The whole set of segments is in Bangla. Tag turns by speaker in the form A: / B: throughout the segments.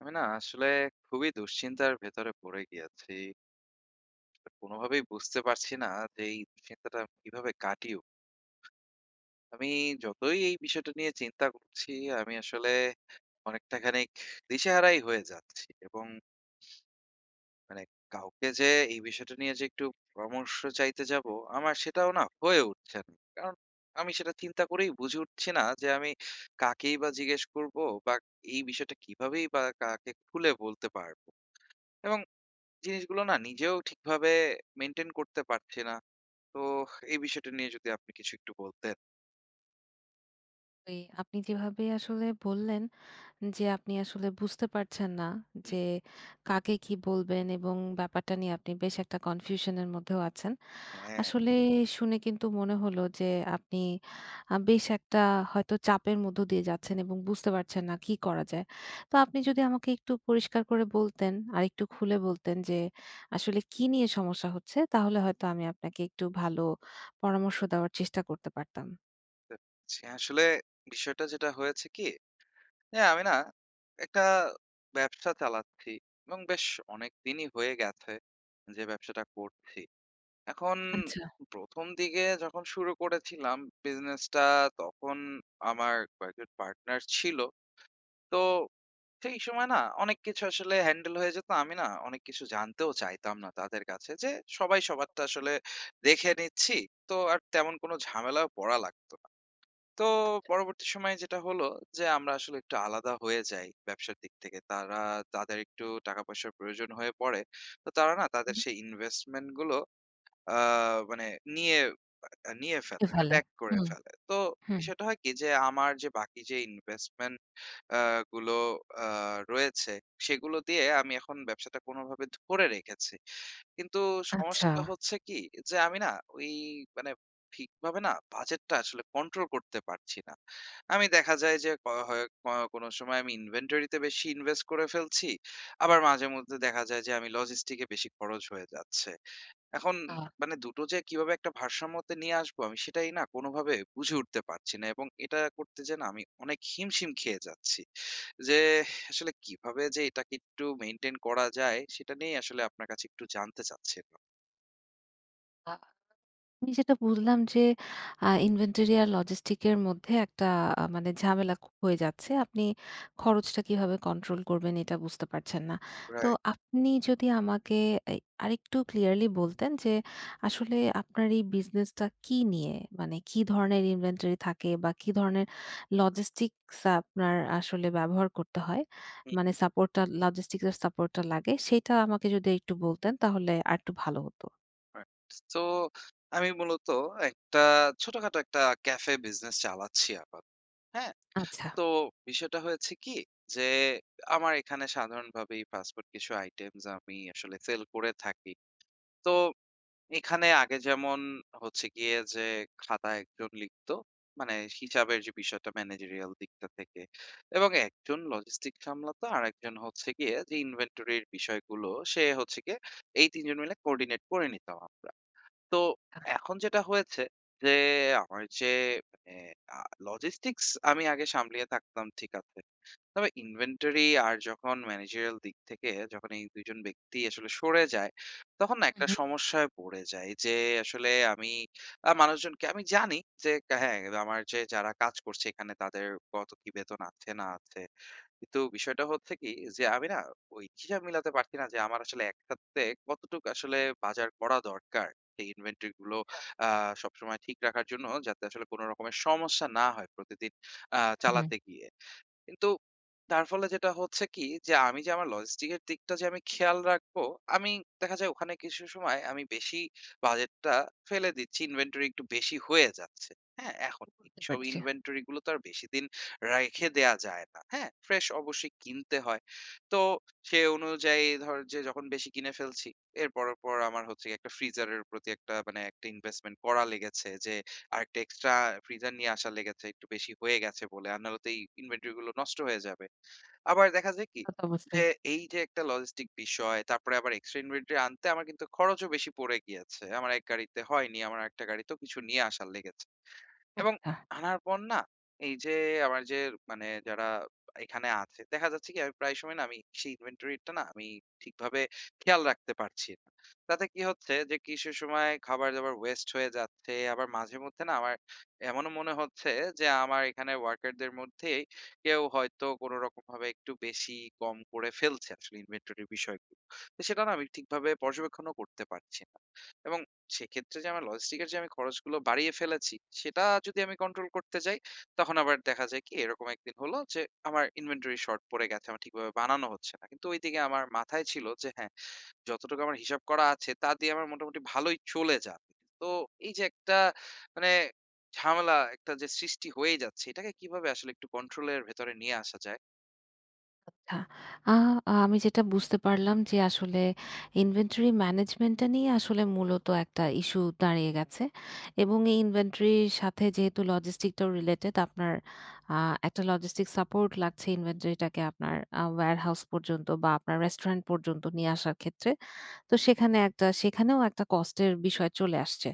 A: আমি না আসলে খুবই দুশ্চিন্তার ভেতরে পড়ে গিয়েছি। কোনোভাবেই বুঝতে পারছি না যে এই দুশ্চিন্তাটা আমি কিভাবে কাটিয়ে উঠবো? আমি যতই এই বিষয়টা নিয়ে চিন্তা করছি, আমি আসলে অনেকটা খানিক দিশেহারাই হয়ে যাচ্ছি। এবং মানে কাউকে যে এই বিষয়টা নিয়ে যে একটু পরামর্শ চাইতে যাবো, আমার সেটাও না হয়ে উঠছে না। কারণ আমি সেটা চিন্তা করেই বুঝে উঠছি না যে আমি কাকেই বা জিজ্ঞেস করবো, বা এই বিষয়টা কিভাবেই বা কাকে খুলে বলতে পারবো? এবং জিনিসগুলো না নিজেও ঠিকভাবে মেইনটেইন করতে পারছি না। তো এই বিষয়টা নিয়ে যদি আপনি কিছু একটু বলতেন।
B: ওই আপনি যেভাবে আসলে বললেন যে আপনি আসলে বুঝতে পারছেন না
A: হুম।
B: যে কাকে কি বলবেন এবং ব্যাপারটা নিয়ে আপনি বেশ একটা কনফিউশনের মধ্যেও আছেন।
A: হ্যাঁ,
B: আসলে শুনে কিন্তু মনে হলো যে আপনি বেশ একটা হয়তো চাপের মধ্য দিয়ে যাচ্ছেন এবং বুঝতে পারছেন না কি করা যায়। তো আপনি যদি আমাকে একটু পরিষ্কার করে বলতেন, আরেকটু খুলে বলতেন যে আসলে কি নিয়ে সমস্যা হচ্ছে তাহলে হয়তো আমি আপনাকে একটু ভালো পরামর্শ দেওয়ার চেষ্টা করতে পারতাম।
A: বুঝতে পারছি। আসলে বিষয়টা যেটা হয়েছে কি? যে আমি না একটা ব্যবসা চালাচ্ছি এবং বেশ অনেকদিনই হয়ে গেছে যে ব্যবসাটা করছি। এখন
B: আচ্ছা।
A: ১ম দিকে যখন শুরু করেছিলাম বিজনেসটা, তখন আমার কয়েকজন পার্টনার ছিল। তো সেই সময় না অনেক কিছু আসলে হ্যান্ডেল হয়ে যেত। আমি না অনেক কিছু জানতেও চাইতাম না তাদের কাছে, যে সবাই সবারটা আসলে দেখে নিচ্ছি। তো আর তেমন কোনো ঝামেলায় পড়া লাগতো না। তো পরবর্তী সময়ে যেটা হলো, যে আমরা আসলে একটু আলাদা হয়ে যাই ব্যবসার দিক থেকে। তারা তাদের একটু টাকা-পয়সার প্রয়োজন হয়ে পড়ে। তো তারা না তাদের সেই ইনভেস্টমেন্ট গুলো আ মানে নিয়ে নিয়ে
B: কেটে
A: ফেলে, মানে
B: ফেলে।
A: ব্যাক করে
B: হুম,
A: ফেলে। তো
B: হুম।
A: বিষয়টা হয় কি যে আমার যে বাকি যে ইনভেস্টমেন্ট আ গুলো আ রয়েছে, সেগুলো দিয়ে আমি এখন ব্যবসাটা কোনভাবে ধরে রেখেছি। কিন্তু
B: আচ্ছা।
A: সমস্যাটা হচ্ছে কি যে আমি না ওই মানে ঠিকভাবে না বাজেটটা আসলে কন্ট্রোল করতে পারছি না। আমি দেখা যায় যে ক হয় ক কোন সময় আমি ইনভেন্টরিতে বেশি ইনভেস্ট করে ফেলছি। আবার মাঝেমধ্যে দেখা যায় যে আমি লজিস্টিক এ বেশি খরচ হয়ে যাচ্ছে। এখন
B: আ
A: মানে ২ টো যে কিভাবে একটা ভারসাম্যতে নিয়ে আসবো আমি সেটাই না কোনোভাবে বুঝে উঠতে পারছি না, এবং এটা করতে যেয়ে না আমি অনেক হিমশিম খেয়ে যাচ্ছি। যে আসলে কিভাবে যে এটাকে একটু মেইনটেইন করা যায় সেটা নিয়েই আসলে আপনার কাছে একটু জানতে চাচ্ছিলাম।
B: আ, আমি যেটা বুঝলাম যে ইনভেন্টরি আর লজিস্টিক এর মধ্যে একটা মানে ঝামেলা হয়ে যাচ্ছে। আপনি খরচটা কিভাবে কন্ট্রোল করবেন এটা বুঝতে পারছেন না। তো
A: রাইট,
B: আপনি যদি আমাকে এই আরেকটু ক্লিয়ারলি বলতেন যে আসলে আপনার এই বিজনেসটা কি নিয়ে? মানে কি ধরনের ইনভেন্টরি থাকে বা কি ধরনের লজিস্টিকস আপনার আসলে ব্যবহার করতে হয়?
A: হুম,
B: মানে সাপোর্টটা লজিস্টিকস এর সাপোর্টটা লাগে সেটা আমাকে যদি একটু বলতেন তাহলে আরেকটু ভালো হতো।
A: রাইট। তো আমি মূলত একটা ছোটখাটো একটা ক্যাফে বিজনেস চালাচ্ছি আপাতত। হ্যাঁ?
B: আচ্ছা।
A: তো বিষয়টা হয়েছে কি যে আমার এখানে সাধারণভাবেই ফাস্ট ফুড কিছু আইটেমস আমি আসলে সেল করে থাকি। তো এখানে আগে যেমন হচ্ছে গিয়ে যে খাতায় একজন লিখতো। মানে হিসাবের যে বিষয়টা ম্যানেজেরিয়াল দিকটা থেকে। এবং একজন লজিস্টিক সামলাতো, আরেকজন হচ্ছে গিয়ে যে ইনভেন্টরির বিষয়গুলো সে হচ্ছে গিয়ে, এই ৩ জন মিলে কোঅর্ডিনেট করে নিতাম আমরা। তো এখন যেটা হয়েছে যে আমার যে মানে লজিস্টিক্স আমি আগে সামলিয়ে থাকতাম, ঠিক আছে। তবে ইনভেন্টরি আর যখন ম্যানেজারিয়াল দিক থেকে যখন এই ২ জন ব্যক্তি আসলে সরে যায়, তখন না একটা
B: উহু,
A: সমস্যায় পড়ে যাই যে আসলে আমি মানুষজনকে আমি জানি যে হ্যাঁ, আমার যে যারা কাজ করছে এখানে তাদের কত কি বেতন আছে না আছে। কিন্তু বিষয়টা হচ্ছে কি যে আমি না ওই হিসাব মিলাতে পারছি না যে আমার আসলে একসাথে কতটুকু আসলে বাজার করা দরকার, এই ইনভেন্টরি গুলো
B: আচ্ছা।
A: সবসময় ঠিক রাখার জন্য, যাতে আসলে কোনো রকমের সমস্যা না হয় প্রতিদিন
B: উহু।
A: চালাতে গিয়ে। কিন্তু তার ফলে যেটা হচ্ছে কি যে আমি যে আমার লজিস্টিকের দিকটা যে আমি খেয়াল রাখবো, আমি দেখা যায় ওখানে কিছু সময় আমি বেশি বাজেটটা ফেলে দিচ্ছি। ইনভেন্টরি একটু বেশি হয়ে যাচ্ছে। হ্যাঁ? এখন
B: বুঝতে
A: এইসব
B: পারছি।
A: ইনভেন্টরি গুলো তো আর বেশিদিন রেখে দেয়া যায় না। হ্যাঁ? ফ্রেশ অবশ্যই কিনতে হয়। তো সে অনুযায়ী ধর যে যখন বেশি কিনে ফেলছি, এরপর পর আমার হচ্ছে গিয়ে একটা ফ্রিজারের প্রতি একটা মানে একটা ইনভেস্টমেন্ট করা লেগেছে, যে আরেকটা এক্সট্রা ফ্রিজার নিয়ে আসা লেগেছে একটু বেশি হয়ে গেছে বলে। আর নাহলে তো এই ইনভেন্টরি গুলো নষ্ট হয়ে যাবে। আবার দেখা যায় কি?
B: তা তো অবশ্যই।
A: যে এই যে একটা লজিস্টিক বিষয়, তারপরে আবার এক্সট্রা ইনভেন্টরি আনতে আমার কিন্তু খরচও বেশি পড়ে গিয়েছে। আমার এক গাড়িতে হয়নি, আমার আরেকটা গাড়িতেও কিছু নিয়ে আসার লেগেছে। এবং
B: আচ্ছা,
A: আনার পর না এই যে আমার যে মানে যারা এখানে আছে, দেখা যাচ্ছে কি আমি প্রায় সময় না আমি সেই ইনভেন্টরিটা না আমি ঠিকভাবে খেয়াল রাখতে পারছি না। তাতে কি হচ্ছে যে কিছু সময় খাবার-দাবার ওয়েস্ট হয়ে যাচ্ছে। আবার মাঝে মধ্যে না আমার এমনও মনে হচ্ছে যে আমার এখানে ওয়ার্কারদের মধ্যেই কেউ হয়তো কোনরকমভাবে একটু বেশি কম করে ফেলছে আসলে ইনভেন্টরির বিষয়গুলো। তো সেটা না আমি ঠিকভাবে পর্যবেক্ষণও করতে পারছি না। এবং সেক্ষেত্রে যে আমার লজিস্টিক এর যে আমি খরচগুলো বাড়িয়ে ফেলেছি, সেটা যদি আমি কন্ট্রোল করতে যাই, তখন আবার দেখা যায় কি এরকম একদিন হলো যে আমার ইনভেন্টরি শর্ট পড়ে গেছে। আমার ঠিকভাবে বানানো হচ্ছে না। কিন্তু ওইদিকে আমার মাথায় ছিল যে হ্যাঁ, যতটুকু আমার হিসাব করা আছে তা দিয়ে আমার মোটামুটি ভালোই চলে যাবে। তো এই যে একটা মানে ঝামেলা একটা যে সৃষ্টি হয়ে যাচ্ছে, এটাকে কিভাবে আসলে একটু কন্ট্রোল এর ভেতরে নিয়ে আসা যায়?
B: আচ্ছা। আ আমি যেটা বুঝতে পারলাম যে আসলে ইনভেন্টরি ম্যানেজমেন্টটা নিয়ে আসলে মূলত একটা ইস্যু দাঁড়িয়ে গেছে। এবং এই ইনভেন্টরির সাথে যেহেতু লজিস্টিকটাও রিলেটেড আপনার আ একটা লজিস্টিক সাপোর্ট লাগছে ইনভেন্টরিটাকে আপনার ওয়্যারহাউস পর্যন্ত বা আপনার রেস্টুরেন্ট পর্যন্ত নিয়ে আসার ক্ষেত্রে। তো সেখানেও একটা কস্টের বিষয় চলে আসছে।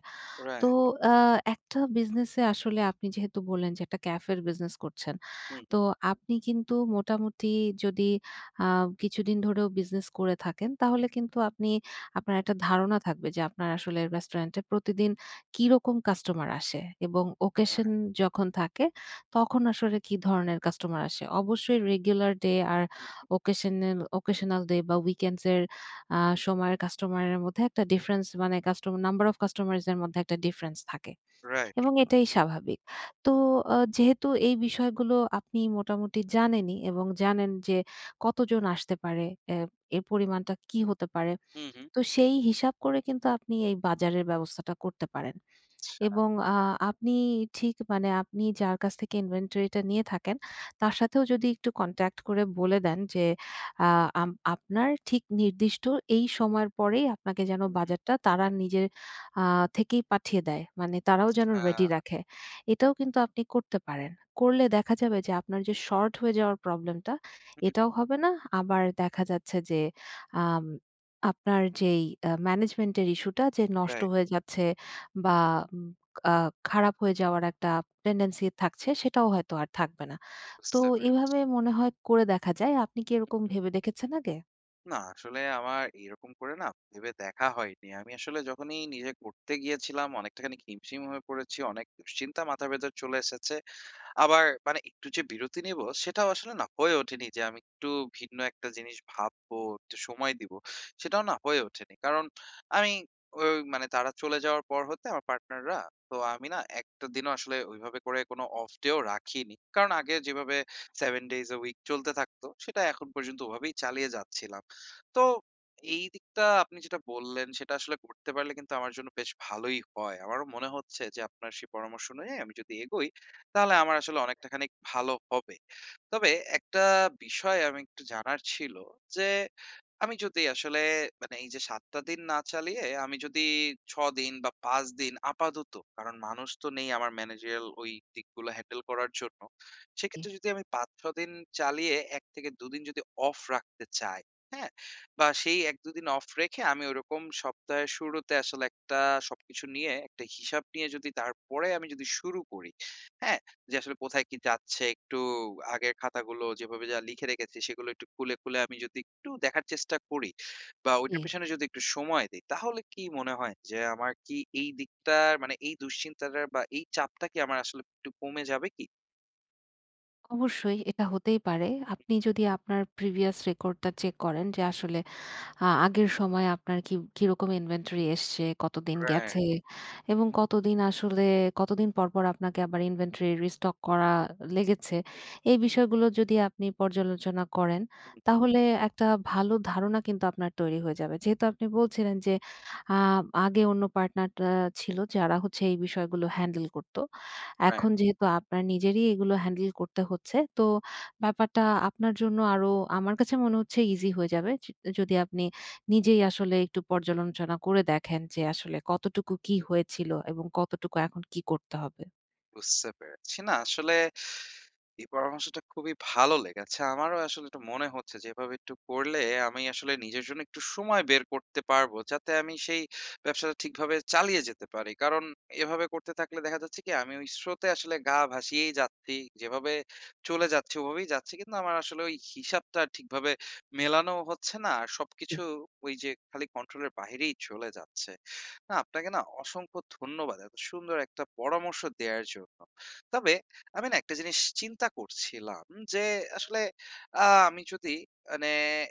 B: তো
A: রাইট,
B: আ একটা বিজনেসে আসলে আপনি যেহেতু বললেন যে একটা ক্যাফের বিজনেস করছেন।
A: হুম, হুম,
B: তো আপনি কিন্তু মোটামুটি যদি আ কিছুদিন ধরেও বিজনেস করে থাকেন, তাহলে কিন্তু আপনি আপনার একটা ধারণা থাকবে যে আপনার আসলে রেস্টুরেন্টে প্রতিদিন কিরকম কাস্টমার আসে এবং ওকেশন
A: রাইট,
B: যখন থাকে তখন আসলে কি ধরনের কাস্টমার আসে। অবশ্যই রেগুলার ডে আর
A: হুম,
B: ওকেশনাল ওকেশনাল ডে বা উইকেন্ডস এর আ সময়ের কাস্টমারের মধ্যে একটা ডিফারেন্স মানে কাস্টমার নাম্বার অফ কাস্টমারস এর মধ্যে একটা ডিফারেন্স থাকে।
A: রাইট,
B: এবং এটাই স্বাভাবিক। তো যেহেতু এই বিষয়গুলো আপনি মোটামুটি জানেনই এবং জানেন যে কতজন আসতে পারে, এ এর পরিমাণটা কি হতে পারে।
A: হুম, হুম,
B: তো সেই হিসাব করে কিন্তু আপনি এই বাজারের ব্যবস্থাটা করতে পারেন।
A: আচ্ছা,
B: এবং আপনি ঠিক মানে আপনি যার কাছ থেকে ইনভেন্টরিটা নিয়ে থাকেন, তার সাথেও যদি একটু কনট্যাক্ট করে বলে দেন যে, আ আম আপনার ঠিক নির্দিষ্ট এই সময়ের পরেই আপনাকে যেন
A: হুম, হুম,
B: বাজারটা তারা নিজের আ থেকেই পাঠিয়ে দেয়। মানে তারাও যেন
A: আ
B: রেডি রাখে। এটাও কিন্তু আপনি করতে পারেন। করলে দেখা যাবে যে আপনার যে শর্ট হয়ে যাওয়ার প্রবলেমটা,
A: হুম,
B: এটাও হবে না। আবার দেখা যাচ্ছে যে আম আপনার যেই ম্যানেজমেন্ট এর ইস্যুটা যে নষ্ট
A: রাইট,
B: হয়ে যাচ্ছে বা উম আ খারাপ হয়ে যাওয়ার একটা টেনডেন্সি থাকছে, সেটাও হয়তো আর থাকবে না। তো
A: বুঝতে পারছি।
B: এভাবে মনে হয় করে দেখা যায়। আপনি কি এরকম ভেবে দেখেছেন আগে?
A: না আসলে আমার এরকম করে না ভেবে দেখা হয়নি। আমি আসলে যখনই নিজে করতে গিয়েছিলাম অনেকটাখানি হিমশিম হয়ে পড়েছি, অনেক দুশ্চিন্তা মাথার ভেতর চলে এসেছে। আবার মানে একটু যে বিরতি নিবো সেটাও আসলে না হয়ে ওঠেনি, যে আমি একটু ভিন্ন একটা জিনিস ভাববো, একটু সময় দিব। সেটাও না হয়ে ওঠেনি। কারণ আমি ওই মানে তারা চলে যাওয়ার পর হতে আমার পার্টনাররা, তো আমি না একটা দিনও আসলে ওইভাবে করে কোনো অফ ডেও রাখিনি। কারণ আগে যেভাবে 7 ডেইজ a উইক চলতে থাকতো সেটা এখন পর্যন্ত ওভাবেই চালিয়ে যাচ্ছিলাম। তো এই দিকটা আপনি যেটা বললেন সেটা আসলে করতে পারলে কিন্তু আমার জন্য বেশ ভালোই হয়। আমারও মনে হচ্ছে যে আপনার সেই পরামর্শ অনুযায়ী আমি যদি এগোই, তাহলে আমার আসলে অনেকটা খানিক ভালো হবে। তবে একটা বিষয় আমি একটু জানার ছিল, যে আমি যদি আসলে মানে এই যে ৭ টা দিন না চালিয়ে আমি যদি ৬ দিন বা ৫ দিন আপাতত, কারণ মানুষ তো নেই আমার ম্যানেজারিয়াল ওই দিকগুলো হ্যান্ডেল করার জন্য।
B: জি,
A: সেক্ষেত্রে যদি আমি ৫-৬ দিন চালিয়ে ১ থেকে ২ দিন যদি অফ রাখতে চাই, হ্যাঁ? বা সেই ১-২ দিন অফ রেখে আমি ওরকম সপ্তাহের শুরুতে আসলে একটা সবকিছু নিয়ে একটা হিসাব নিয়ে যদি তারপরে আমি যদি শুরু করি, হ্যাঁ? যে আসলে কোথায় কি যাচ্ছে, একটু আগের খাতাগুলো যেভাবে যা লিখে রেখেছি সেগুলো একটু খুলে, খুলে আমি যদি একটু দেখার চেষ্টা করি, বা
B: জি।
A: ওইটার পেছনে যদি একটু সময় দেই, তাহলে কি মনে হয় যে আমার কি এই দিকটার মানে এই দুশ্চিন্তাটা বা এই চাপটা কি আমার আসলে একটু কমে যাবে কি?
B: অবশ্যই এটা হতেই পারে। আপনি যদি আপনার প্রিভিয়াস রেকর্ডটা চেক করেন যে আসলে আগের সময়ে আপনার কিরকম ইনভেন্টরি এসছে, কতদিন
A: রাইট,
B: গেছে এবং কতদিন পরপর আপনাকে আবার ইনভেন্টরি রিস্টক করা লেগেছে। এই বিষয়গুলো যদি আপনি পর্যালোচনা করেন, তাহলে একটা ভালো ধারণা কিন্তু আপনার তৈরি হয়ে যাবে। যেহেতু আপনি বলছিলেন যে, আ আগে অন্য পার্টনার ছিল যারা হচ্ছে এই বিষয়গুলো হ্যান্ডেল করত।
A: রাইট,
B: এখন যেহেতু আপনার নিজেরই এগুলো হ্যান্ডেল করতে হচ্ছে, তো ব্যাপারটা আপনার জন্য আরো আমার কাছে মনে হচ্ছে ইজি হয়ে যাবে। যদি আপনি নিজেই আসলে একটু পর্যালোচনা করে দেখেন যে আসলে কতটুকু কি হয়েছিল এবং কতটুকু এখন কি করতে হবে?
A: বুঝতে পেরেছি। না আসলে এই পরামর্শটা খুবই ভালো লেগেছে। আমারও আসলে এটা মনে হচ্ছে যে এভাবে একটু করলে আমি আসলে নিজের জন্য একটু সময় বের করতে পারবো। যাতে আমি সেই ব্যবসাটা ঠিকভাবে চালিয়ে যেতে পারি। কারণ এভাবে করতে থাকলে দেখা যাচ্ছে কি আমি ওই স্রোতে আসলে গা ভাসিয়েই যাচ্ছি। যেভাবে চলে যাচ্ছে ওভাবেই যাচ্ছি। কিন্তু আমার আসলে ওই হিসাবটা ঠিকভাবে মেলানো হচ্ছে না। আর
B: জি,
A: সবকিছু ওই যে খালি কন্ট্রোলের বাহিরেই চলে যাচ্ছে। না আপনাকে না অসংখ্য ধন্যবাদ। এত সুন্দর একটা পরামর্শ দেয়ার জন্য। তবে আমি না একটা জিনিস চিন্তা করছিলাম, যে আসলে আ আমি যদি মানে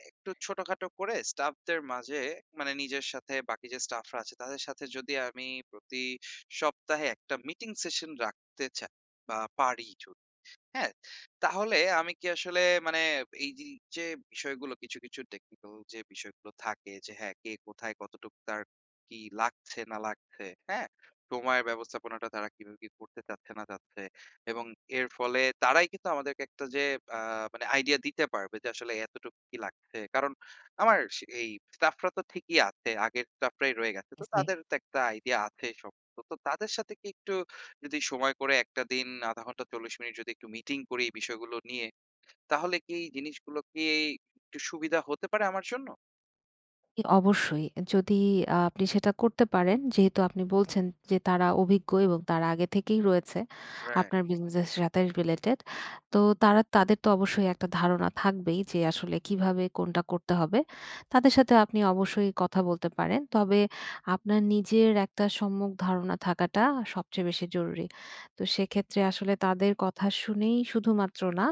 A: একটু ছোটখাটো করে স্টাফদের মাঝে, মানে নিজের সাথে বাকি যে স্টাফরা আছে তাদের সাথে যদি আমি প্রতি সপ্তাহে একটা মিটিং সেশন রাখতে চাই বা পারি, হ্যাঁ, তাহলে আমি কি আসলে মানে এই জি যে বিষয়গুলো কিছু, কিছু টেকনিক্যাল যে বিষয়গুলো থাকে, যে হ্যাঁ, কে কোথায় কতটুকু তার কি লাগছে না লাগছে, হ্যাঁ? সময়ের ব্যবস্থাপনাটা তারা কিভাবে কি করতে চাচ্ছে না চাচ্ছে, এবং এর ফলে তারাই কিন্তু আমাদেরকে একটা যে আ মানে আইডিয়া দিতে পারবে যে আসলে এতটুকু কি লাগছে। কারণ আমার সে এই স্টাফরা তো ঠিকই আছে। আগের স্টাফরাই রয়ে গেছে। তো
B: জি।
A: তাদের তো একটা আইডিয়া আছে সম্ভবত। তো তাদের সাথে কি একটু যদি সময় করে একটা দিন ০.৫ ঘন্টা ৪০ মিনিট যদি একটু মিটিং করি এই বিষয়গুলো নিয়ে, তাহলে কি এই জিনিসগুলো কি একটু সুবিধা হতে পারে আমার জন্য?
B: জি, অবশ্যই। যদি আপনি সেটা করতে পারেন, যেহেতু আপনি বলছেন যে তারা অভিজ্ঞ এবং তারা আগে থেকেই রয়েছে
A: রাইট।
B: আপনার বিজনেসের সাথে রিলেটেড। তো তাদের তো অবশ্যই একটা ধারণা থাকবেই যে আসলে কিভাবে কোনটা করতে হবে। তাদের সাথে আপনি অবশ্যই কথা বলতে পারেন। তবে আপনার নিজের একটা সম্যক ধারণা থাকাটা সবচেয়ে বেশি জরুরি। তো সেক্ষেত্রে আসলে তাদের কথা শুনেই শুধুমাত্র না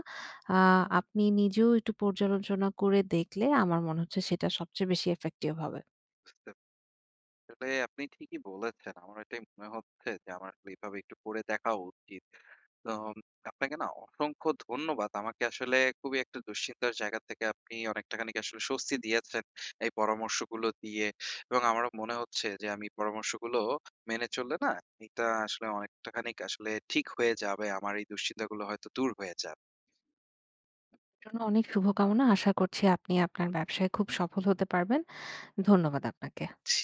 B: আ আপনি নিজেও একটু পর্যালোচনা করে দেখলে আমার মনে হচ্ছে সেটা সবচেয়ে বেশি effective হবে।
A: বুঝতে, আসলে আপনি ঠিকই বলেছেন। আমার এটাই মনে হচ্ছে যে আমার আসলে এভাবে একটু করে দেখা উচিত। তো আপনাকে না অসংখ্য ধন্যবাদ। আমাকে আসলে খুবই একটা দুশ্চিন্তার জায়গা থেকে আপনি অনেকটা খানিক আসলে স্বস্তি দিয়েছেন এই পরামর্শগুলো দিয়ে। এবং আমারও মনে হচ্ছে যে আমি পরামর্শগুলো মেনে চললে না এটা আসলে অনেকটা খানিক আসলে ঠিক হয়ে যাবে। আমার এই দুশ্চিন্তাগুলো হয়তো দূর হয়ে
B: জন্য অনেক শুভকামনা। আশা করছি আপনি আপনার ব্যবসায় খুব সফল হতে পারবেন। ধন্যবাদ আপনাকে।
A: যাচ্ছে।